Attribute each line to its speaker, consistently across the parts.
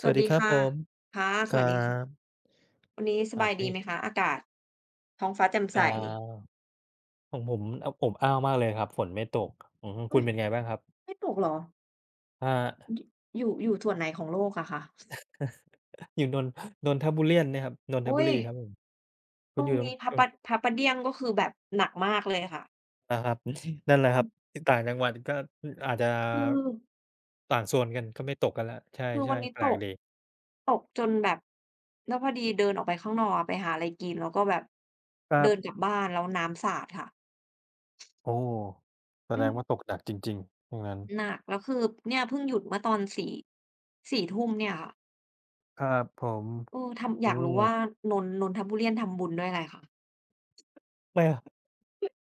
Speaker 1: ส
Speaker 2: ส
Speaker 1: วั
Speaker 2: วั
Speaker 1: ส
Speaker 2: ส
Speaker 1: ดี
Speaker 2: ดี
Speaker 1: ครับผ
Speaker 2: ค่ะ
Speaker 1: ม
Speaker 2: ค่ะส
Speaker 1: ค
Speaker 2: วัส
Speaker 1: รั
Speaker 2: ดีคะ
Speaker 1: บ
Speaker 2: วันนี้ส
Speaker 1: ครับ
Speaker 2: บาย
Speaker 1: เป็น
Speaker 2: ดีไหมคะอากาศท้องฟ้าแจ่ม
Speaker 1: อ่
Speaker 2: ใส
Speaker 1: าของผมอบอ้าวมากเลยครับฝนไม่ตกอือฮึคุ
Speaker 2: อุ๊
Speaker 1: ณ
Speaker 2: ย
Speaker 1: เป็นไงบ้างครับ
Speaker 2: ไม่ตกเหรอ
Speaker 1: อ่า
Speaker 2: อยู่ส่วนไหนของโลกอะคะ
Speaker 1: อยู่นนทบุเรียนเนี่ยครับนนทบุ
Speaker 2: อุ๊ย
Speaker 1: รีครับผมคุ
Speaker 2: ต
Speaker 1: ณ
Speaker 2: ร
Speaker 1: อ
Speaker 2: ง
Speaker 1: ยู่
Speaker 2: นี้พ
Speaker 1: ต
Speaker 2: ระ
Speaker 1: ร
Speaker 2: ป
Speaker 1: ง
Speaker 2: ระพระประเดียงก็คือแบบหนักมากเลยค่ะ
Speaker 1: อาครับนั่นแหละครับต่างจังหวัดก็อาจจะ
Speaker 2: คือ
Speaker 1: ต่างโซนกันก็ไม่ตกกันแล้วใช
Speaker 2: คือวั
Speaker 1: ่
Speaker 2: น
Speaker 1: ๆ
Speaker 2: นี้
Speaker 1: แปล
Speaker 2: ต
Speaker 1: ก
Speaker 2: ก
Speaker 1: ดี
Speaker 2: ตกจนแบบแล้วพอดีเดินออกไปข้างนอกอะไปหาอะไรกินแล้วก็แบบ
Speaker 1: ครั
Speaker 2: เดินกลั
Speaker 1: บ
Speaker 2: บบ้านแล้วน้ำสาดค่ะ
Speaker 1: โอ้แสด
Speaker 2: อื
Speaker 1: งว่าตก
Speaker 2: ม
Speaker 1: หนักจริงๆอย่างงั้น
Speaker 2: หนักแล้วคือเนี่ยเพิ่งหยุดเมื่อตอนสี่สี่ทุ่มเนี่ยค่ะ
Speaker 1: ครับผม
Speaker 2: เออทำอ
Speaker 1: โอ้
Speaker 2: ยากรู้ว่านนทบุรีทำบุญด้วยอะไรคะ
Speaker 1: ไม่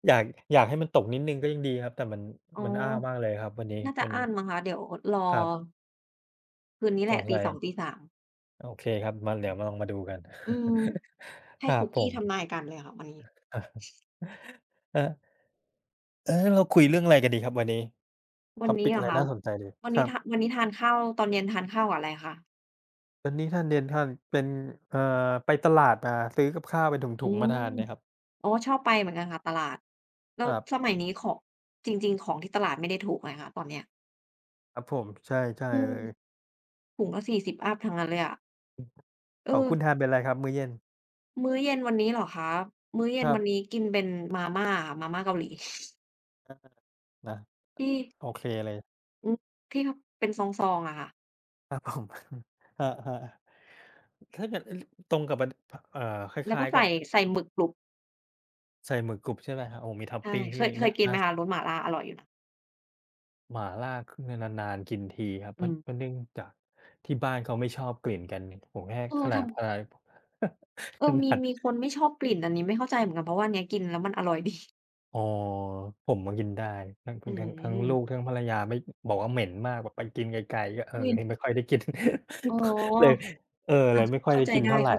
Speaker 1: อยากให้มันตกนิดหนึ่งก็ยังดีครับแต่
Speaker 2: อ๋อ
Speaker 1: มันอ้ามากเลยครับวันนี้
Speaker 2: น่าจะ
Speaker 1: มัน
Speaker 2: อั้นมั้งคะเดี๋ยวรอ
Speaker 1: ครับ
Speaker 2: คืนนี้
Speaker 1: ส
Speaker 2: แห
Speaker 1: ง
Speaker 2: ละต
Speaker 1: สั
Speaker 2: ส
Speaker 1: ย
Speaker 2: 2งตีสาม
Speaker 1: โอเคครับมาเดี๋ยวมาลองมาดูกัน
Speaker 2: อืม
Speaker 1: ค
Speaker 2: ให้
Speaker 1: รับ
Speaker 2: คุก
Speaker 1: ผ
Speaker 2: กี้
Speaker 1: ม
Speaker 2: ทำนายกันเลยค่ะวันนี้
Speaker 1: เออเออเราคุยเรื่องอะไรกันดีครับวันนี้
Speaker 2: วันนี้
Speaker 1: topic
Speaker 2: เหร
Speaker 1: อะ
Speaker 2: อ
Speaker 1: ไร
Speaker 2: คะ
Speaker 1: น่าสนใจดี
Speaker 2: วัน
Speaker 1: ครั
Speaker 2: นี้ทาน
Speaker 1: บ
Speaker 2: วันนี้ทานข้าวตอนเย็นทานข้าวกับอะไรคะ
Speaker 1: วันนี้ท่านเรียนท่านเป็นเอ่อไปตลาดมาซื้อกับข้าวเป็นถ
Speaker 2: อื
Speaker 1: ุงๆมา
Speaker 2: ม
Speaker 1: ทานเนี่ยครับ
Speaker 2: อ๋อชอบไปเหมือนกันค่ะตลาดแล้
Speaker 1: ค
Speaker 2: ว
Speaker 1: รั
Speaker 2: ส
Speaker 1: บ
Speaker 2: มัยนี้ของจริงๆของที่ตลาดไม่ได้ถูกไงคะตอนเนี้ย
Speaker 1: ครับผมใช่ใช่
Speaker 2: อื
Speaker 1: เล
Speaker 2: ม
Speaker 1: ย
Speaker 2: ถุงละ40อัปทั้งนั้นเลยอะเอ
Speaker 1: ของ
Speaker 2: อ
Speaker 1: คุณทานเป็นอะไรครับมื้อเย็น
Speaker 2: มื้อเย็นวันนี้เหรอคะมื้อเย็
Speaker 1: ค
Speaker 2: น
Speaker 1: รั
Speaker 2: วันนี้
Speaker 1: บ
Speaker 2: กินเป็นมาม่าค่ะมาม่าเกาหลี
Speaker 1: อานะ
Speaker 2: ที่
Speaker 1: โอเคเลย
Speaker 2: อืมที่เขาเป็นซองๆอะค่ะ
Speaker 1: ครับผม ครับครับ ถ้าเกิดเอ๊ยตรงกับมันพค
Speaker 2: แล้ว
Speaker 1: ล้า
Speaker 2: ก็
Speaker 1: ยๆกับ
Speaker 2: ใส่หมึกกรุบ
Speaker 1: ใส่หมึกกรุบใช่ไหมครับโอ้โฮมีท็อป
Speaker 2: ใช่
Speaker 1: ปิง
Speaker 2: เค
Speaker 1: ที่
Speaker 2: ยเคยกิน
Speaker 1: น่า
Speaker 2: ไหม
Speaker 1: ส
Speaker 2: คะรสหม่าล่าอร่อยอยู่นะ
Speaker 1: หม่าล่าคือนานๆกินทีครับ
Speaker 2: อืม
Speaker 1: เพราะเนื่องจากที่บ้านเขาไม่ชอบกลิ่นกันผมแค่
Speaker 2: เออท
Speaker 1: ขนาด
Speaker 2: ำ เอ
Speaker 1: ข
Speaker 2: อมี
Speaker 1: นาด
Speaker 2: มีคนไม่ชอบกลิ่นอันนี้ไม่เข้าใจเหมือนกันเพราะว่าอันเนี้ยกินแล้วมันอร่อยดี
Speaker 1: อ๋อผมอะกินได้
Speaker 2: อื
Speaker 1: ทั้งลูก
Speaker 2: ม
Speaker 1: ทั้งภรรยาไม่บอกว่าเหม็นมากแบบไปกินไกลๆก็เออ
Speaker 2: อุ๊ย
Speaker 1: เลยไม่ค่อยได้กิน
Speaker 2: อ๋อ
Speaker 1: เลยเออเล
Speaker 2: อา
Speaker 1: ยไม่ค่อย
Speaker 2: เข้า
Speaker 1: ได้
Speaker 2: ใจ
Speaker 1: กิน
Speaker 2: ได้
Speaker 1: เท่า
Speaker 2: ๆ
Speaker 1: ไร
Speaker 2: ค่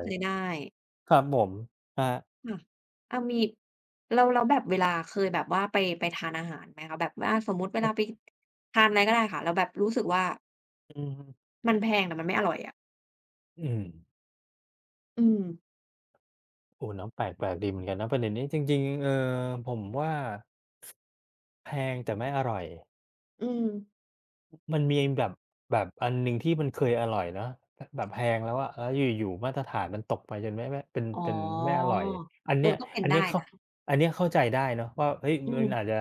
Speaker 2: ะ
Speaker 1: ครับผมครับ
Speaker 2: อามีแล้วแบบเวลาเคยแบบว่าไปทานอาหารไหมคะแบบว่าสมมุติเวลาไปทานอะไรก็ได้ค่ะแล้วแบบรู้สึกว่า
Speaker 1: อือ
Speaker 2: มันแพงแต่มันไม่อร่อยอะ
Speaker 1: อืม
Speaker 2: อืม
Speaker 1: โอ้น้ำแปลกแปลกดีเหมือนกันนะประเด็นนี้จริงๆผมว่าแพงแต่ไม่อร่อย
Speaker 2: อืม
Speaker 1: มันมีแบบแบบอันหนึ่งที่มันเคยอร่อยเนาะแบบบแพงแล้วอะแล้วอยู่ๆมาตรฐานมันตกไปจนไม่เป็น
Speaker 2: อ๋อ
Speaker 1: เป็นไม่อร่อยอัน
Speaker 2: เออ
Speaker 1: เนี้ย
Speaker 2: ก็เป็น
Speaker 1: อันเนี้ย
Speaker 2: ได้
Speaker 1: เข้า
Speaker 2: นะ
Speaker 1: อันเนี้ยเข้าใจได้เนาะว่าเฮ้ย
Speaker 2: อื
Speaker 1: มั
Speaker 2: ม
Speaker 1: นอาจจะ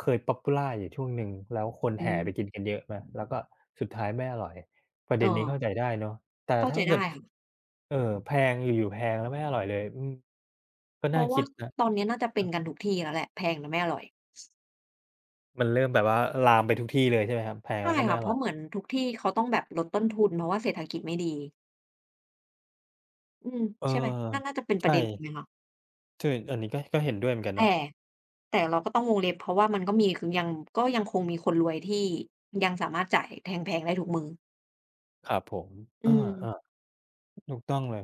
Speaker 1: เคย Popular อยู่ช่วงหนึ่งแล้วคน
Speaker 2: อื
Speaker 1: แห่
Speaker 2: ม
Speaker 1: ไปกินกันเยอะไหมแล้วก็สุดท้ายไม่อร่อยประ
Speaker 2: เออ
Speaker 1: เด็นนี้เข้าใจได้เนาะแต่
Speaker 2: เข้า
Speaker 1: ถ้า
Speaker 2: ใจ
Speaker 1: เกิ
Speaker 2: ได้
Speaker 1: ด
Speaker 2: ค่ะ
Speaker 1: เอ่อแพงอยู่ๆแพงแล้วไม่อร่อยเลยอืมก็
Speaker 2: เพ
Speaker 1: น่า
Speaker 2: ราะ
Speaker 1: คิ
Speaker 2: ว่า
Speaker 1: ดนะ
Speaker 2: ตอนนี้น่าจะ
Speaker 1: ค
Speaker 2: เป็
Speaker 1: รั
Speaker 2: น
Speaker 1: บ
Speaker 2: กันทุกที่แล้วแหละแพงแต่ไม่อร่อย
Speaker 1: มันเริ่มแบบว่าลามไปทุกที่เลยใช่ไหมครับแพง
Speaker 2: ใช่
Speaker 1: แล้วก็ไม่
Speaker 2: ค่ะ
Speaker 1: อ
Speaker 2: เพ
Speaker 1: ร่อ
Speaker 2: ราะ
Speaker 1: ย
Speaker 2: เหมือนทุกที่เขาต้องแบบลดต้นทุนเพราะว่าเศรษฐกิจไม่ดีอืม
Speaker 1: เออ
Speaker 2: ใช่ไหมน่าน่าจะเป็นป
Speaker 1: ใช่
Speaker 2: ระเด็นนี้ไหมคะ
Speaker 1: ซึ่งอันนี้ก็เห็นด้วยเหมือนกันเนาะ
Speaker 2: แต่แต่เราก็ต้องวงเล็บเพราะว่ามันก็มีคือยังก็ยังคงมีคนรวยที่ยังสามารถจ่ายแพงๆได้ทุกมื้อ
Speaker 1: ครับผม
Speaker 2: อื
Speaker 1: เอ
Speaker 2: ม
Speaker 1: อๆถูกต้องเลย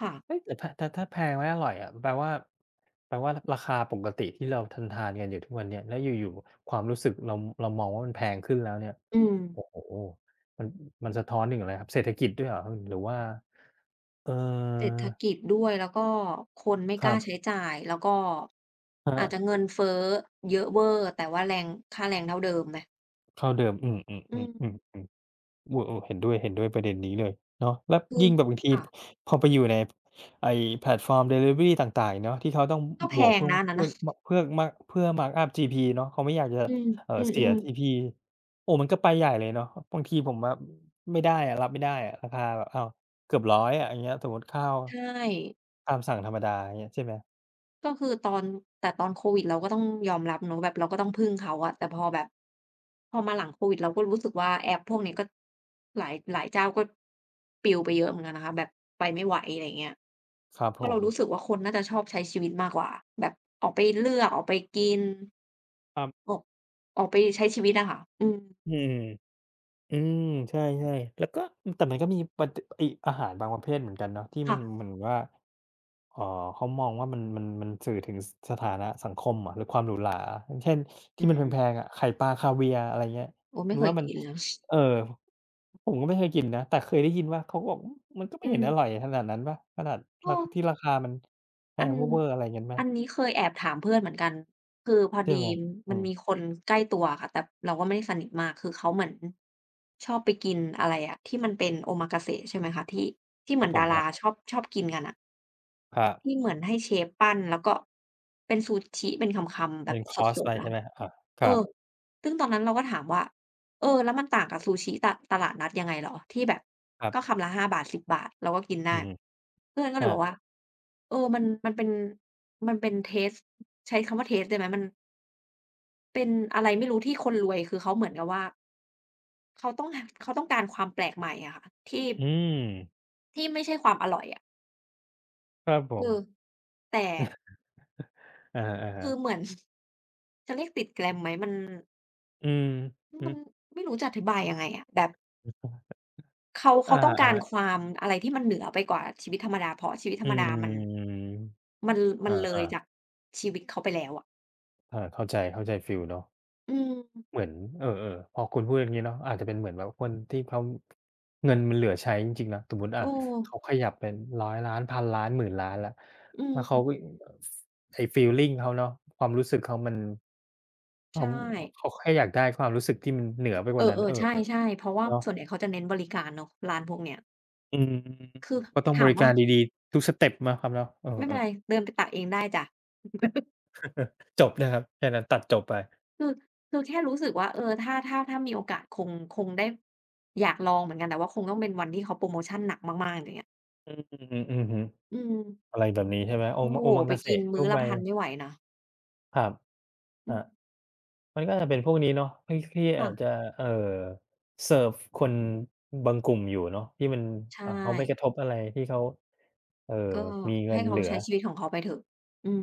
Speaker 2: ค่ะ
Speaker 1: เฮ้ยแต่ถ้าแพงและอร่อยอะแปลว่าราคาปกติที่เราทานๆกันอยู่ทุกวันเนี้ยแล้วอยู่ๆความรู้สึกเรามองว่ามันแพงขึ้นแล้วเนี่ย
Speaker 2: อืม
Speaker 1: โอ้โฮมันมันสะท้อนถึงอะไรครับเศรษฐกิจด้วยเหรอหรือว่าเอ่
Speaker 2: เศรษ
Speaker 1: อ
Speaker 2: ฐกิจด้วยแล้วก็คนไม่
Speaker 1: ค
Speaker 2: ก
Speaker 1: รั
Speaker 2: ล้าใช้
Speaker 1: บ
Speaker 2: จ่ายแล้วก็
Speaker 1: ครั
Speaker 2: อาจจะ
Speaker 1: บ
Speaker 2: เงินเฟ้อเยอะเว่อร์แต่ว่าแรงค่าแรงเท่าเดิมไหม
Speaker 1: เขาเดิมอื
Speaker 2: อื
Speaker 1: ม
Speaker 2: ม
Speaker 1: ๆๆๆ โอ้โอ้เห็นด้วยเห็นด้วยประเด็นนี้เลยเนาะแล้ว
Speaker 2: คือ
Speaker 1: ยิ่งแบบบางที
Speaker 2: ค่ะ
Speaker 1: พอไปอยู่ในไอ้แพลตฟอร์มดิลิเวอรีต่างๆเนาะที่เขาต้อง
Speaker 2: ก็แพ
Speaker 1: บวก
Speaker 2: งนะอันนั้นน่ะ
Speaker 1: เพื่อ เพื่อ mark up GP เนาะเขาไม่อยากจะ
Speaker 2: อืมอื
Speaker 1: เสีย
Speaker 2: มๆ
Speaker 1: GP โอ้มันก็ไปใหญ่เลยเนาะบางทีผมแบบไม่ได้อะราคาแบบอ้าวเกือบร้อยอะอย่างเงี้ยสมมุติข้าว
Speaker 2: ใช่
Speaker 1: ตามสั่งธรรมดาอย่างเงี้ยใช่ไหม
Speaker 2: ก็คือตอนแต่ตอนโควิดเราก็ต้องยอมรับเนาะแบบเราก็ต้องพึ่งเขาอะแต่พอแบบพอมาหลังโควิดเราก็รู้สึกว่าแอปพวกนี้ก็หลายเจ้าก็ปลิวไปเยอะเหมือนกันนะคะแบบไปไม่ไหวอะไรอย่างเงี้ย
Speaker 1: ครับ
Speaker 2: เพ
Speaker 1: ผ
Speaker 2: ราะเรา
Speaker 1: ม
Speaker 2: รู้สึกว่าคนน่าจะชอบใช้ชีวิตมากกว่าแบบออกไปเลือกออกไปกิน
Speaker 1: ครับ
Speaker 2: ออกออกไปใช้ชีวิตอะค่ะอืม
Speaker 1: อืมอืมใช่ๆแล้วก็แต่มันก็มีประดไอ้อาหารบางประเภทเหมือนกันเนาะที่มัน
Speaker 2: ค่ะ
Speaker 1: เหมือนว่า อ๋อเขามองว่ามันสื่อถึงสถานะสังคมเหรอหรือความหรูหราอย่างเช่นที่
Speaker 2: อื
Speaker 1: มันแพ
Speaker 2: ม
Speaker 1: งๆอะไข่ปลาคาเวียร์อะไรเงี้ย
Speaker 2: โอ้
Speaker 1: คุ
Speaker 2: ไม่
Speaker 1: ณ
Speaker 2: เคย
Speaker 1: ว่ามัน
Speaker 2: กินแล้ว
Speaker 1: เอ่อผมก็ไม่เคยกินนะแต่เคยได้ยินว่าเขาก็บอกอืมมันก็ไม่
Speaker 2: อื
Speaker 1: เห็
Speaker 2: ม
Speaker 1: นอร่อยขนาดนั้นเปล่าขนาด
Speaker 2: เออ
Speaker 1: ราคามันแพ
Speaker 2: อั
Speaker 1: ง
Speaker 2: น
Speaker 1: เว่อร์ๆอะไรงั้นไหม
Speaker 2: อันนี้เคยแอบถามเพื่อนเหมือนกันคือพอ
Speaker 1: ใช่ไห
Speaker 2: ดี
Speaker 1: มอื
Speaker 2: มันมี
Speaker 1: ม
Speaker 2: คนใกล้ตัวค่ะแต่เราก็ไม่ได้สนิทมากคือเขาเหมือนชอบไปกินอะไรอะที่มันเป็น Omakase ใช่ไหมคะที่ที่
Speaker 1: ค
Speaker 2: เห
Speaker 1: รั
Speaker 2: มื
Speaker 1: บ
Speaker 2: อน
Speaker 1: ผม
Speaker 2: ดา
Speaker 1: ครั
Speaker 2: ราช
Speaker 1: บ
Speaker 2: อบชอบกินกันอ่ะ
Speaker 1: ครับ
Speaker 2: ที่เหมือนให้เชฟปั้นแล้วก็เป็นซูชิเป็นคำๆแบ
Speaker 1: เป็
Speaker 2: บ
Speaker 1: นค
Speaker 2: ส
Speaker 1: อร์สไป
Speaker 2: ดๆ
Speaker 1: ใช่
Speaker 2: อะ
Speaker 1: ไหมอาค
Speaker 2: เอ
Speaker 1: รับ
Speaker 2: อซึ่งตอนนั้นเราก็ถามว่า เออ แล้วมันต่างกับซูชิตะตลาดนัดยังไงเหรอ ที่แบบ
Speaker 1: ครับ
Speaker 2: ก็คำละ5บาทสิบบาทเราก็กิน
Speaker 1: อื
Speaker 2: ได้
Speaker 1: อฮึ
Speaker 2: เพื่อนก็
Speaker 1: ค
Speaker 2: เลย
Speaker 1: รั
Speaker 2: บอ
Speaker 1: บ
Speaker 2: กว่าเออ มันเป็นมันเป็นเทสต์ใช้คำว่าเทสต์ได้ไหมมันเป็นอะไรไม่รู้ที่คนรวยคือเขาเหมือนกับว่าเขาต้อง หเขาต้องการความแปลกใหม่อะค่ะที่
Speaker 1: อืม
Speaker 2: ที่ไม่ใช่ความอร่อยอะ
Speaker 1: ครับผ
Speaker 2: เอ
Speaker 1: ม
Speaker 2: อแต่
Speaker 1: อะฮะ
Speaker 2: คือเหมือน จะเรียกติด glam ไหมมัน
Speaker 1: ๆอืมอื
Speaker 2: มั
Speaker 1: อ
Speaker 2: นไม่รู้จะอธิบายยังไงอะแบบ เขา
Speaker 1: อ
Speaker 2: เขาต้องการ
Speaker 1: า
Speaker 2: ความอะไรที่มันเหนือไปกว่าชีวิตธรรมดาเพราะชีวิต
Speaker 1: ๆ
Speaker 2: ธร
Speaker 1: อื
Speaker 2: รมดามัน
Speaker 1: ม
Speaker 2: มันมันเลย
Speaker 1: อา
Speaker 2: จากชีวิตเขาไปแล้วอะ
Speaker 1: ๆอาเข้าใจเข้าใจฟีลเนาะ
Speaker 2: อืม
Speaker 1: เหมือนเออๆพอคุณพูดอย่างงี้เนาะอาจจะเป็นเหมือนแบบคนที่เขาเงินมันเหลือใช้จริงๆนะสมมุติ
Speaker 2: เอ
Speaker 1: อะ
Speaker 2: อ
Speaker 1: เขาขยับเป็น100 ล้านพันล้านหมื่นล้านแล้ว
Speaker 2: อื
Speaker 1: แล้ว
Speaker 2: ม
Speaker 1: เขาก็ไอ้ฟีลลิงเขาเนาะความรู้สึกเขามันเขา
Speaker 2: ใช่
Speaker 1: เขาแค่อยากได้ความรู้สึกที่มันเหนือไปก
Speaker 2: เอ
Speaker 1: ว่านั้นเอ
Speaker 2: อ
Speaker 1: อ
Speaker 2: ๆใช่ๆเพราะ
Speaker 1: ๆ
Speaker 2: ว่า
Speaker 1: เนาะ
Speaker 2: ส่วนใหญ่เขาจะเน้นบริการเนาะร้านพวกเนี้ย
Speaker 1: อืม
Speaker 2: คือ
Speaker 1: ก็ต้องบ
Speaker 2: ถาม
Speaker 1: ริ
Speaker 2: ว่า
Speaker 1: การดีๆทุกสเต็ปนะครับเนาะเอ
Speaker 2: ไม่เป็น
Speaker 1: อ
Speaker 2: ไร
Speaker 1: ๆ
Speaker 2: เดินไปตักเองได้จ้ะ
Speaker 1: จบนะครับแค่นั้นตัดจบไป
Speaker 2: คือคือแค่รู้สึกว่าเออถ้ามีโอกาสคงได้อยากลองเหมือนกันแต่ว่าคงต้องเป็นวันที่เขาโพรโมชันหนักมากๆอย่างเงี้ย
Speaker 1: อืมอือฮึ
Speaker 2: อืม
Speaker 1: อะไรแบบนี้ใช่ไหมโอ
Speaker 2: โอ้โฮ
Speaker 1: โอมังก
Speaker 2: ไป
Speaker 1: เกษ
Speaker 2: กินมื้
Speaker 1: ทั่
Speaker 2: อ
Speaker 1: วไป
Speaker 2: ละ1,000ไม่ไหวนะ
Speaker 1: ครับ
Speaker 2: อื
Speaker 1: อา
Speaker 2: ม
Speaker 1: มันก็จะเป็นพวกนี้เนาะที่อาจจะ
Speaker 2: ค่ะ
Speaker 1: เอ่อเซิร์ฟคนบางกลุ่มอยู่เนาะที่มัน
Speaker 2: ใช่
Speaker 1: เขาไม่กระทบอะไรที่เขาเอ่อ
Speaker 2: ก็
Speaker 1: มีเงิ
Speaker 2: ให้
Speaker 1: น
Speaker 2: เขา
Speaker 1: เหลือ
Speaker 2: ใช้ชีวิตของเขาไปเถอะอืม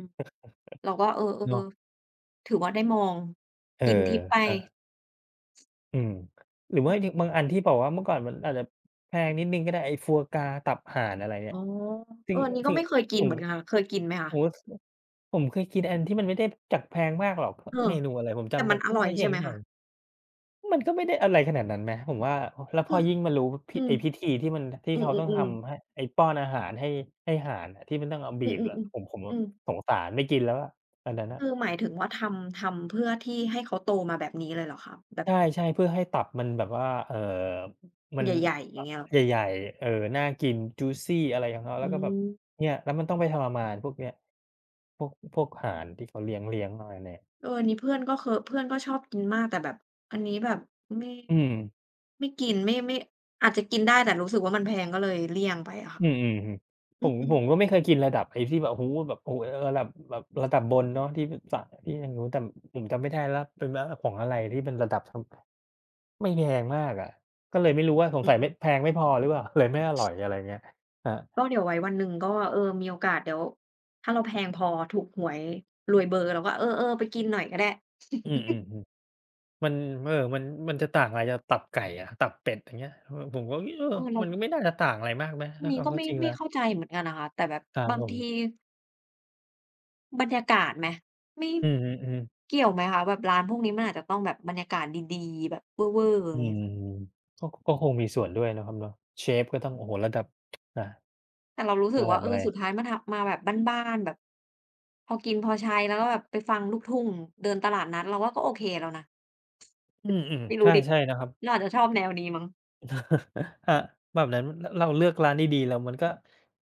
Speaker 2: เราก็เอ
Speaker 1: เนาะ
Speaker 2: อๆถือว่าได้มอง
Speaker 1: เออ
Speaker 2: กินทิพย์ไป
Speaker 1: ครับอืมหรือว่าอย่างบางอันที่บอกว่าเมื่อก่อนมันอาจจะแพงนิดหนึ่งก็ได้ไอ้ฟัวกราตับห่านอะไรเนี่
Speaker 2: อ๋
Speaker 1: ย
Speaker 2: อ
Speaker 1: ซึ่
Speaker 2: เอ
Speaker 1: ง
Speaker 2: ออันนี้ก็
Speaker 1: ซึ่ง
Speaker 2: ไม่เคย
Speaker 1: ผ
Speaker 2: กิน
Speaker 1: ม
Speaker 2: เหมือนกันค่ะเคยกินไหม
Speaker 1: ผ
Speaker 2: คะ
Speaker 1: มรู้สึกผมเคยกินอันที่มันไม่ได้จากแพงมากหรอก
Speaker 2: เอ
Speaker 1: เม
Speaker 2: อ
Speaker 1: นูอะไรผม
Speaker 2: แต่
Speaker 1: จำ
Speaker 2: มั
Speaker 1: จา่
Speaker 2: นอ
Speaker 1: ไม่
Speaker 2: ร่อย
Speaker 1: ได้อ
Speaker 2: ใช่
Speaker 1: ย่าง
Speaker 2: ไหม
Speaker 1: ไหน
Speaker 2: คะ
Speaker 1: มันก็ไม่ได้อะไรขนาดนั้นไหมผมว่าแล้วพ
Speaker 2: คื
Speaker 1: อ
Speaker 2: อ
Speaker 1: ยิ่งมารู้
Speaker 2: อืม
Speaker 1: ไอ้พิธีที่ที่
Speaker 2: อื
Speaker 1: เขาต้อง
Speaker 2: อๆ
Speaker 1: ทำให้
Speaker 2: ๆ
Speaker 1: ไอ้ป้อนอาหารให้ให้ห่านอะที่มันต้องเอา
Speaker 2: อื
Speaker 1: บี
Speaker 2: อ
Speaker 1: บแล้วผม
Speaker 2: ๆ
Speaker 1: ผม
Speaker 2: ๆอืม
Speaker 1: สงสารไม่กินแล้วอะอันนั้นน่ะ
Speaker 2: คือหมายถึงว่าทำเพื่อที่ให้เขาโตมาแบบนี้เลยเหรอคะแบ
Speaker 1: ใ
Speaker 2: บ
Speaker 1: ช่ๆเพื่อให้ตับมันแบบว่ามัน
Speaker 2: ใหญ่ๆอ
Speaker 1: อ
Speaker 2: ย่างเงี้ยเหรอ
Speaker 1: ใหญ่ๆน่ากิน juicy อะไรของเขาแล้
Speaker 2: อื
Speaker 1: วก็แบบ
Speaker 2: ม
Speaker 1: เนี่ยแล้วมันต้องไปทรมานพวกเนี้ยพวกห่านที่เขาเลี้ยงๆมาเนี่ย
Speaker 2: เอออันนี้เพื่อนก็เคอะเพื่อนก็ชอบกินมากแต่แบบอันนี้แบบไม่
Speaker 1: อืม
Speaker 2: ไม่กินไม่ไม่อาจจะกินได้แต่รู้สึกว่ามันแพงก็เลยเลี่ยงไปอะ
Speaker 1: อื
Speaker 2: ค่ะ
Speaker 1: มอืมอืมผ
Speaker 2: อื
Speaker 1: ม
Speaker 2: ม
Speaker 1: ผมก็ไม่เคยกินระดับไอ้ที่แบบโอ้โฮเออระดับแบบระดับบนเนาะที่แบบสั่งที่ทางนู้นแต่ผมจำไม่ได้แล้วเป็นระดับของอะไรที่เป็นระดับทำไม่แพงมากอะก็เลยไม่รู้ว่าสง
Speaker 2: อื
Speaker 1: สัยไม่แพ
Speaker 2: ม
Speaker 1: งไม่พอหรือเปล่า เลยไม่อร่อยอะไรเงี้ยครับ
Speaker 2: ก็เดี๋ยวไว้วันหนึ่งก็เออมีโอกาสเดี๋ยวถ้าเราแพงพอถูกหวยรวยเบอร์เราก็เออๆไปกินหน่อยก็ได้
Speaker 1: อืมๆๆมันเอ่อมันมันจะต่างอะไรจากตับไก่อะตับเป็ดอย่างเงี้ยเออผมก็เออ
Speaker 2: เออเรา
Speaker 1: มันก็ไม่น่าจะต่างอะไรมากไหม
Speaker 2: อัน
Speaker 1: ถ้า
Speaker 2: นี้
Speaker 1: เอา
Speaker 2: ก็
Speaker 1: เข้า
Speaker 2: ไม่
Speaker 1: จริงแล้
Speaker 2: ไม่
Speaker 1: ว
Speaker 2: เข้าใจเหมือนกันนะคะแต่แบบ
Speaker 1: ครับ
Speaker 2: บา
Speaker 1: ผ
Speaker 2: งที
Speaker 1: ม
Speaker 2: บรรยากาศไหมไม่
Speaker 1: อือฮึๆ
Speaker 2: เกี่ยวไหมคะแบบร้านพวกนี้มันอาจจะต้องแบบบรรยากาศดีๆแบบเว่อร์ๆอ
Speaker 1: อื
Speaker 2: ย่างเงี้ย
Speaker 1: มก็ก็คงมีส่วนด้วยเนาะครับเนาะเชฟก็ต้องโอ้โฮระดับอา
Speaker 2: แต่เรารู้
Speaker 1: ส
Speaker 2: สึก
Speaker 1: ลั
Speaker 2: ว่า
Speaker 1: ด
Speaker 2: เอ
Speaker 1: แมล
Speaker 2: อ
Speaker 1: ง
Speaker 2: สุดท้ายมาทำมาแบบบ้านๆแบบพอกินพอใช้แล้วก็แบบไปฟังลูกทุ่งเดินตลาดนัดเราว่าก็โอเคแล้วนะ
Speaker 1: อืม
Speaker 2: ไม่
Speaker 1: ๆใ
Speaker 2: รู้ดิ
Speaker 1: ช่ๆนะครับ
Speaker 2: เราอาจจะชอบแนวนี้มั้ง
Speaker 1: อ่าแบบนั้นรเราเลือกร้านดีๆแล้วมันก็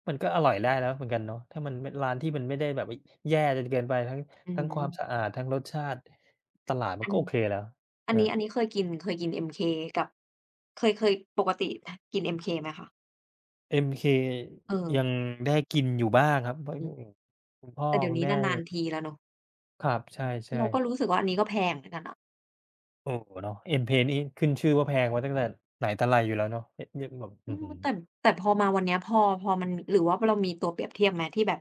Speaker 1: มันก็อร่อยได้แล้วเหมือนกันเนาะถ้ามันเป็นร้านที่มันไม่ได้แบบว่าแย่จนเกินไปทั้ง
Speaker 2: อื
Speaker 1: ทั้งความสะ
Speaker 2: ม
Speaker 1: อาดทั้งรสชาติตลาดมัน
Speaker 2: อัน
Speaker 1: ก็โอเคแล้ว
Speaker 2: อั
Speaker 1: ค
Speaker 2: น
Speaker 1: รั
Speaker 2: นี้อัน
Speaker 1: บ
Speaker 2: นี้เคยกิน MK กับเคยปกติทกิน MK ไหมคะ
Speaker 1: MK ยัง
Speaker 2: เออ
Speaker 1: ได้กินอยู่บ้างครับเพราะ
Speaker 2: อือ
Speaker 1: อืมคุณพ่อ
Speaker 2: แต่เดี๋ย
Speaker 1: คุ
Speaker 2: ว
Speaker 1: ณ
Speaker 2: นี้
Speaker 1: แม่
Speaker 2: นานๆทีแล้วเนาะ
Speaker 1: ครับใช่
Speaker 2: เราก็
Speaker 1: ๆ
Speaker 2: รู้สึกว่าอันนี้ก็แพงเหมือนกันนะ
Speaker 1: โอ้โฮเนาะ MK นี่ขึ้นชื่อว่าแพงมาตั้งแต่ไหนแต่ไรอยู่แล้วเนาะเห็นยังแบบ
Speaker 2: อื
Speaker 1: อื้อ
Speaker 2: ม
Speaker 1: ฮือ
Speaker 2: แต่แต่พอมาวันเนี้ยพอมันหรือว่าเรามีตัวเปรียบเทียบไหมที่แบบ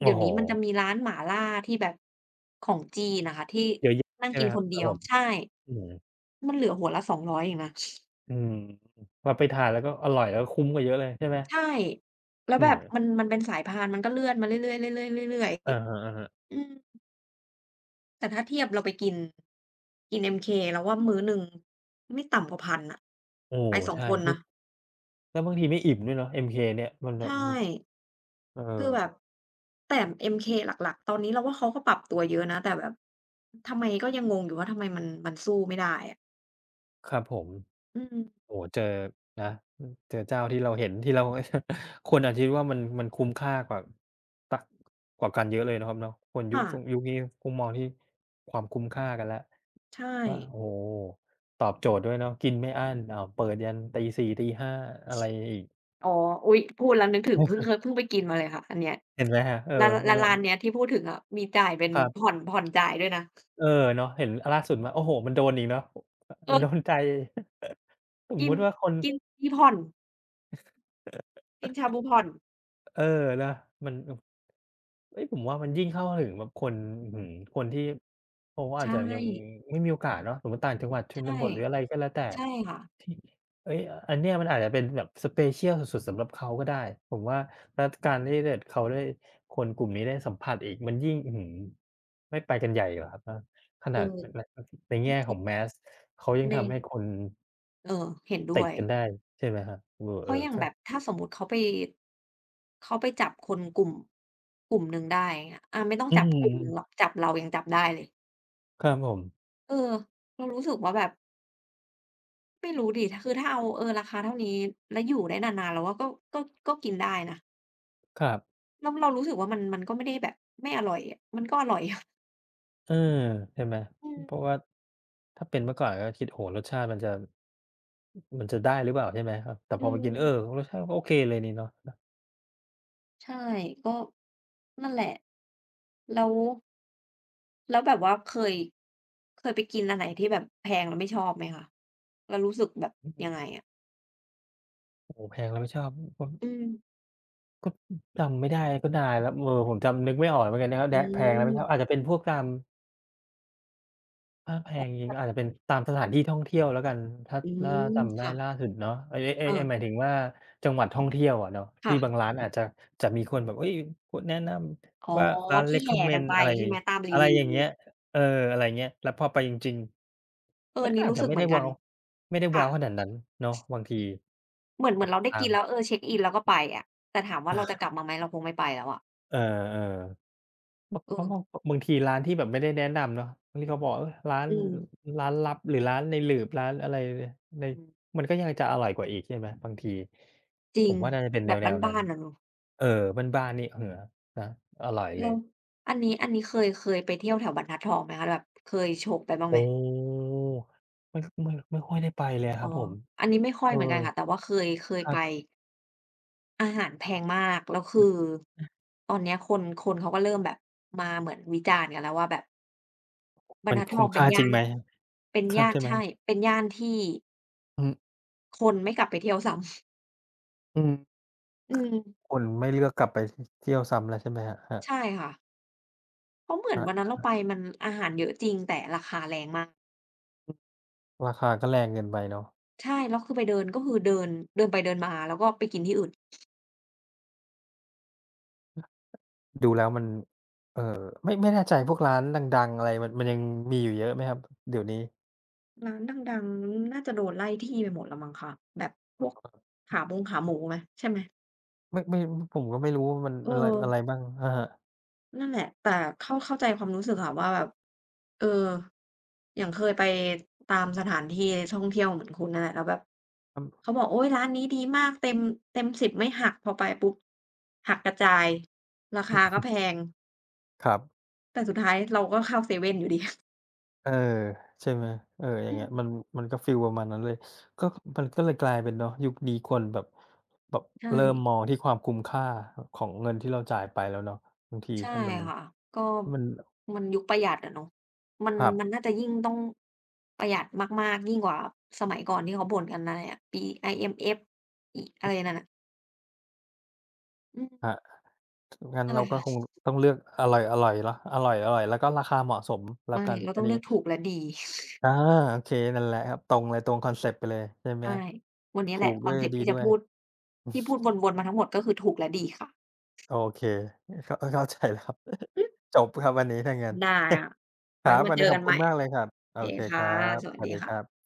Speaker 1: โอ้
Speaker 2: เดี๋ยว
Speaker 1: โฮ
Speaker 2: นี้มันจะมีร้านหม่าล่าที่แบบของจีนอะค่ะที่
Speaker 1: เยอะแยะ
Speaker 2: นั่ง
Speaker 1: ใช่ไหม
Speaker 2: กิน
Speaker 1: ครั
Speaker 2: ค
Speaker 1: บ
Speaker 2: น
Speaker 1: ครั
Speaker 2: เดี
Speaker 1: บ
Speaker 2: ย
Speaker 1: ผ
Speaker 2: ว
Speaker 1: ม
Speaker 2: ใช่
Speaker 1: อืม
Speaker 2: มันเหลือหัวละ200เองนะ
Speaker 1: อืมเราไปทานแล้วก็อร่อยแล้วก็คุ้มกว่าเยอะเลยใช่ไหม
Speaker 2: ใช่แล้ว
Speaker 1: อื
Speaker 2: แบ
Speaker 1: ม
Speaker 2: บมันเป็นสายพานมันก็เลื่อนมาเรื่อยๆเรื่อยๆเรื่อย
Speaker 1: อะฮะๆ
Speaker 2: ๆอืมแต่ถ้าเทียบเราไปกินกิน MK เราว่ามื้อหนึ่งไม่ต่ำกว่าพัน0อะ
Speaker 1: โอ้
Speaker 2: ไปสอง
Speaker 1: ใช่
Speaker 2: คน
Speaker 1: บาง
Speaker 2: นะ
Speaker 1: แล้วบางทีไม่อิ่มด้วยเนาะ MK เนี่ยมันแบบอื
Speaker 2: ใช่
Speaker 1: มเอ
Speaker 2: คือ
Speaker 1: อ
Speaker 2: แบบแต่ MK หลักๆตอนนี้เราว่าเขาก็ปรับตัวเยอะนะแต่แบบทำไมก็ยังงงอยู่ว่าทำไมมันสู้ไม่ได้อะ
Speaker 1: ครับผม
Speaker 2: อืม
Speaker 1: โอ้โฮเจอนะอืมเจอเจ้าที่เราเห็นที่เรา คนอาจคิดว่ามันคุ้มค่ากว่าตักกว่ากันเยอะเลยนะครับเนาะคน
Speaker 2: ค่ะ
Speaker 1: ยุคนี้คงมองที่ความคุ้มค่ากันแล้ว
Speaker 2: ใช่
Speaker 1: ว่าโอ้โฮตอบโจทย์ด้วยเนาะกินไม่อั้นอ้าวเปิดยันตีสี่ตีห้าอะไรอีก
Speaker 2: อ๋ออุ๊ยพูดแล้วนึกถึงเพิ่งเคยเพิ่งไปกินมาเลยค่ะอันเนี้ย
Speaker 1: เห็นไหมครับเออ
Speaker 2: ร้านแล้วร้าน
Speaker 1: ค
Speaker 2: เนี้ยที่พูดถึงอะมีจ่ายเป็น
Speaker 1: รับ
Speaker 2: ผ่อนจ่ายด้วยนะ
Speaker 1: เออเนาะเห็นล่าสุดมาโอ้โฮมันโดนอีกเนาะ
Speaker 2: เอ
Speaker 1: มัน
Speaker 2: อ
Speaker 1: โดนใจ สม
Speaker 2: กิ
Speaker 1: มุ
Speaker 2: น
Speaker 1: ติว่าคน
Speaker 2: กินมีผ่อนกินชาบูผ่อน
Speaker 1: เออนะมันอเฮ้ยผมว่ามันยิ่งเข้าถึงแบบคนอื้อฮือคนที่เขาอาจ
Speaker 2: ใช่
Speaker 1: จะยังไม่มีโอกาสเนาะสมมุติต่างจังหวัดชน
Speaker 2: ใช่
Speaker 1: บทหรืออะไรก็แล้วแต่
Speaker 2: ใช่ค่ะ
Speaker 1: ที่เฮ้ยอันเนี้ยมันอาจจะเป็นแบบ special สุดๆสำหรับเขาก็ได้ผมว่าแล้วการที่เขาได้คนกลุ่มนี้ได้สัมผัสอีกมันยิ่งอื้อฮือไม่ไปกันใหญ่เหรอครับเนาะข
Speaker 2: เอ
Speaker 1: นาด
Speaker 2: อ
Speaker 1: นใน
Speaker 2: จริ
Speaker 1: แง่ข
Speaker 2: ธี
Speaker 1: อง mass เขายัง
Speaker 2: แรงๆ
Speaker 1: ทำให้
Speaker 2: ใน
Speaker 1: คน
Speaker 2: เออเห็นด้
Speaker 1: ติ
Speaker 2: ว
Speaker 1: ด
Speaker 2: ย
Speaker 1: กันได้ใช่ไหมครับเออ
Speaker 2: เพ
Speaker 1: เอ
Speaker 2: ราะ
Speaker 1: อ
Speaker 2: อย่าง
Speaker 1: ครั
Speaker 2: แบ
Speaker 1: บ
Speaker 2: บถ้าสมมุติเขาไปเขาไปจับคนกลุ่มหนึ่งได้อย่างเงี้ยอาไม่ต้อง
Speaker 1: อื
Speaker 2: จับกลุ่มหนึ่งหรอก
Speaker 1: ม
Speaker 2: จับเรายังจับได้เลย
Speaker 1: ครับผม
Speaker 2: เออเรารู้สึกว่าแบบไม่รู้ดิคือถ้าเอาเออราคาเท่านี้แล้วอยู่ได้นานๆเราว่าก็ก็กินได้นะ
Speaker 1: ครับ
Speaker 2: เรารู้สึกว่ามันก็ไม่ได้แบบไม่อร่อยอะมันก็อร่อยอะ
Speaker 1: เออใช่ไหม
Speaker 2: อืม
Speaker 1: เพราะว่าถ้าเป็นเมื่อก่อนก็คิดโอ้โฮรสชาติมันจะได้หรือเปล่าใช่ไหมครับแต่พ
Speaker 2: อื
Speaker 1: อมา
Speaker 2: ม
Speaker 1: กินเออรสชาติก็โอเคเลยนี่เนาะ
Speaker 2: ใช่ก็นั่นแหละแล้วแล้วแบบว่าเคยไปกินอันไหนที่แบบแพงแล้วไม่ชอบไหมคะแล้วรู้สึกแบบ
Speaker 1: อืม
Speaker 2: ยังไงอะ
Speaker 1: โอ้โฮแพงแล้วไม่ชอบผม
Speaker 2: อืม
Speaker 1: ก็จำไม่ได้ก็นานแล้วเออผมจำนึกไม่ออกเหมือนกันนะครับ
Speaker 2: อื
Speaker 1: แดะแพงแล้ว
Speaker 2: ม
Speaker 1: ไม่ชอบอาจจะเป็นพวกตาม ถ้าแพงจริงอาจจะเป็นตามสถานที่ท่องเที่ยวแล้วกันถ้า
Speaker 2: อื
Speaker 1: ถ้า
Speaker 2: ม
Speaker 1: จำได้
Speaker 2: ค่ะ
Speaker 1: ล่าสุดเนาะไอ้ไอ้ไอ้
Speaker 2: เอ
Speaker 1: ไอ้หมาย
Speaker 2: อ
Speaker 1: ถึงว่าจังหวัดท่องเที่ยวอะเนาะที่
Speaker 2: ค่ะ
Speaker 1: บางร้านอาจจะจะมีคนแบบเฮ้ยคนแนะน
Speaker 2: อ๋อ
Speaker 1: ำว่าร้าน
Speaker 2: ที่แห่กัน
Speaker 1: recommend
Speaker 2: ไป
Speaker 1: อะไร
Speaker 2: ใช่ไหมตามรี
Speaker 1: อะไร
Speaker 2: วิ
Speaker 1: อ
Speaker 2: ว
Speaker 1: ย่างเงี้ยเอออะไรอย่างเงี้ยแล้วพอไปจริง
Speaker 2: เอ
Speaker 1: ๆ
Speaker 2: อ
Speaker 1: มั
Speaker 2: อั
Speaker 1: น
Speaker 2: น
Speaker 1: ก็
Speaker 2: นี้
Speaker 1: อาจ
Speaker 2: รู้
Speaker 1: จะ
Speaker 2: สึกเหมือนกัน
Speaker 1: ไม่ได้
Speaker 2: ค่ะ
Speaker 1: ว้าวขนาดนั้นเนาะบางที
Speaker 2: เหมือน
Speaker 1: แบบ
Speaker 2: เราได้
Speaker 1: ตา
Speaker 2: กิ
Speaker 1: ม
Speaker 2: นแล้วเออเช็กอินแล้วก็ไปอะแต่ถามว่าเราจะกลั บมาไหมเราคงไม่ไปแล้วอะ
Speaker 1: เออๆ
Speaker 2: เอ
Speaker 1: เพราะว่า
Speaker 2: อ
Speaker 1: บางทีร้านที่แบบไม่ได้แนะนำเนาะที่เขาบอกเออร้าน
Speaker 2: อืม
Speaker 1: ร้านลับหรือร้านในหลืบร้านอะไรใน
Speaker 2: อืม
Speaker 1: มันก็ยังจะอร่อยกว่าอีกใช่ไหมบางที
Speaker 2: จ
Speaker 1: ผ
Speaker 2: ริง
Speaker 1: มว่าน่าจะเป็น
Speaker 2: แบบ
Speaker 1: แนวๆนั้น
Speaker 2: บ้านๆอะเนาะ
Speaker 1: เออบ้านๆนี่เออนะอร่อยเล
Speaker 2: แล้
Speaker 1: ย
Speaker 2: วอันนี้เคยไปเที่ยวแถวบรรทัดทองไหมคะแบบเคยโฉบไปบ้าง
Speaker 1: โอ
Speaker 2: ไหม
Speaker 1: ้ไม่ค่อยได้ไปเลยค
Speaker 2: อ๋อ
Speaker 1: รับผม
Speaker 2: อันนี้ไม่ค่อ
Speaker 1: เอ
Speaker 2: ย
Speaker 1: อ
Speaker 2: เหมือนกันค่ะแต่ว่าเคย
Speaker 1: ครั
Speaker 2: ไป
Speaker 1: บ
Speaker 2: อาหารแพงมากแล้ว
Speaker 1: อื
Speaker 2: คือ
Speaker 1: อ
Speaker 2: ตอนเนี้ยคนเขาก็เริ่มแบบมาเหมือนวิจารณ์กันแล้วว่าแบบบร
Speaker 1: มั
Speaker 2: ร
Speaker 1: น
Speaker 2: ทัดทอ
Speaker 1: คุ้ม
Speaker 2: งเป็
Speaker 1: ค่า
Speaker 2: น
Speaker 1: จริ
Speaker 2: ย่า
Speaker 1: ง
Speaker 2: น
Speaker 1: ไหมครับใช่ไหม
Speaker 2: ใช่เป็นย่านที่
Speaker 1: อืม
Speaker 2: คนไม่กลับไปเที่ยวซ้
Speaker 1: อืม
Speaker 2: ำ อืม
Speaker 1: คนไม่เลือกกลับไปทเที่ยวซ้ำแล้วใช่ไหมครับครับ
Speaker 2: ใช่ค่ะเพราะเหมื
Speaker 1: ค
Speaker 2: อนวันนั้
Speaker 1: รั
Speaker 2: น
Speaker 1: บ
Speaker 2: เราไปมันอาหารเยอะจริงแต่ราคาแรงมาก
Speaker 1: ราคาก็แรงเกินไปเนาะ
Speaker 2: ใช่แล้วคือไปเดินก็คือเดินเดินไปเดินมาแล้วก็ไปกินที่อื่น
Speaker 1: ดูแล้วมันเอ่อไม่แน่ใจพวกร้านดังๆอะไรมันยังมีอยู่เยอะไหมครับเดี๋ยวนี้
Speaker 2: ร้านดังๆ น่าจะโดนไล่ที่ไปหมดแล้วมั้งคะแบบพวกขาบงขาหมูไหมใช่ไหม
Speaker 1: ไม่ไม่ผมก็ไม่รู้ว่ามัน
Speaker 2: เอ
Speaker 1: อะไร
Speaker 2: อ
Speaker 1: อะไรบ้างอะฮะ
Speaker 2: นั่นแหละแต่เข้าใจความรู้สึกค่ะว่าแบบเอออย่างเคยไปตามสถานที่ท่องเที่ยวเหมือนคุณนั่นแหละแล้วแบบ
Speaker 1: อืม
Speaker 2: เขาบอกโอ๊ยร้านนี้ดีมากเต็ม10ไม่หักพอไปปุ๊บหักกระจายราคาก็แพง
Speaker 1: ครับ
Speaker 2: แต่สุดท้ายเราก็เข้าเซเว่นอยู่ดี
Speaker 1: เออใช่ไหมเอออย่าง
Speaker 2: อืม
Speaker 1: เงี้ยมันมันก็ฟีลประมาณนั้นเลยก็มันก็เลยกลายเป็นเนาะยุคนี้คนแบบ
Speaker 2: ใช่
Speaker 1: เริ่มมองที่ความคุ้มค่าขของเงินที่เราจ่ายไปแล้วเนาะบางที
Speaker 2: ใช่
Speaker 1: ถ้ามัน
Speaker 2: ค่ะก็
Speaker 1: ถ้ามัน
Speaker 2: มันยุคประหยัดอะเนาะมัน
Speaker 1: ครั
Speaker 2: มันน่า
Speaker 1: บ
Speaker 2: จะยิ่งต้องประหยัดมากๆยิ่งกว่าสมัยก่อนที่เขาบ่นกันอะไรอะปี IMF อิอะ
Speaker 1: อื
Speaker 2: ไร
Speaker 1: อ
Speaker 2: นั่นน่ะอืม
Speaker 1: ครับงั้น
Speaker 2: นั่นแห
Speaker 1: เรา
Speaker 2: ละ
Speaker 1: ก็ค
Speaker 2: ค่ะ
Speaker 1: งต้องเลือกอร่อยๆเนาะอร่อยๆแล้วก็ราคาเหมาะสมแล้ว
Speaker 2: ไม่
Speaker 1: กัน
Speaker 2: เรา
Speaker 1: อัน
Speaker 2: ต้อง
Speaker 1: นี้
Speaker 2: เลือกถูกและดี
Speaker 1: อาโอเคนั่นแหละครับตรงเลยตรงคอนเซปต์ไปเลยใช่ไหม
Speaker 2: ใช่วันนี้
Speaker 1: ถู
Speaker 2: แหละ
Speaker 1: ก
Speaker 2: ค
Speaker 1: ด้ว
Speaker 2: อน
Speaker 1: ย
Speaker 2: เซปต์
Speaker 1: ดี
Speaker 2: ที่
Speaker 1: ด้
Speaker 2: จะ
Speaker 1: วย
Speaker 2: พูดที่พูดวนๆมาทั้งหมดก็คือถูกและดีค่ะ
Speaker 1: โอเคเข้าใจแล้วครับ
Speaker 2: อืม
Speaker 1: จบครับวันนี้ถ้างั้น
Speaker 2: ได้ค่ะ
Speaker 1: ครั
Speaker 2: ไว้
Speaker 1: บ
Speaker 2: มา
Speaker 1: วัน
Speaker 2: เจ
Speaker 1: นี้
Speaker 2: อ
Speaker 1: ขอ
Speaker 2: กั
Speaker 1: บ
Speaker 2: น
Speaker 1: คุ
Speaker 2: ให
Speaker 1: ณ
Speaker 2: ม่
Speaker 1: มากเลย
Speaker 2: โ
Speaker 1: ครับ
Speaker 2: อ
Speaker 1: โอ
Speaker 2: เค
Speaker 1: เคค
Speaker 2: ค่ะ
Speaker 1: รับ
Speaker 2: ส
Speaker 1: ส
Speaker 2: วัส
Speaker 1: วัส
Speaker 2: ดี
Speaker 1: ดีครั
Speaker 2: ค่ะ
Speaker 1: บ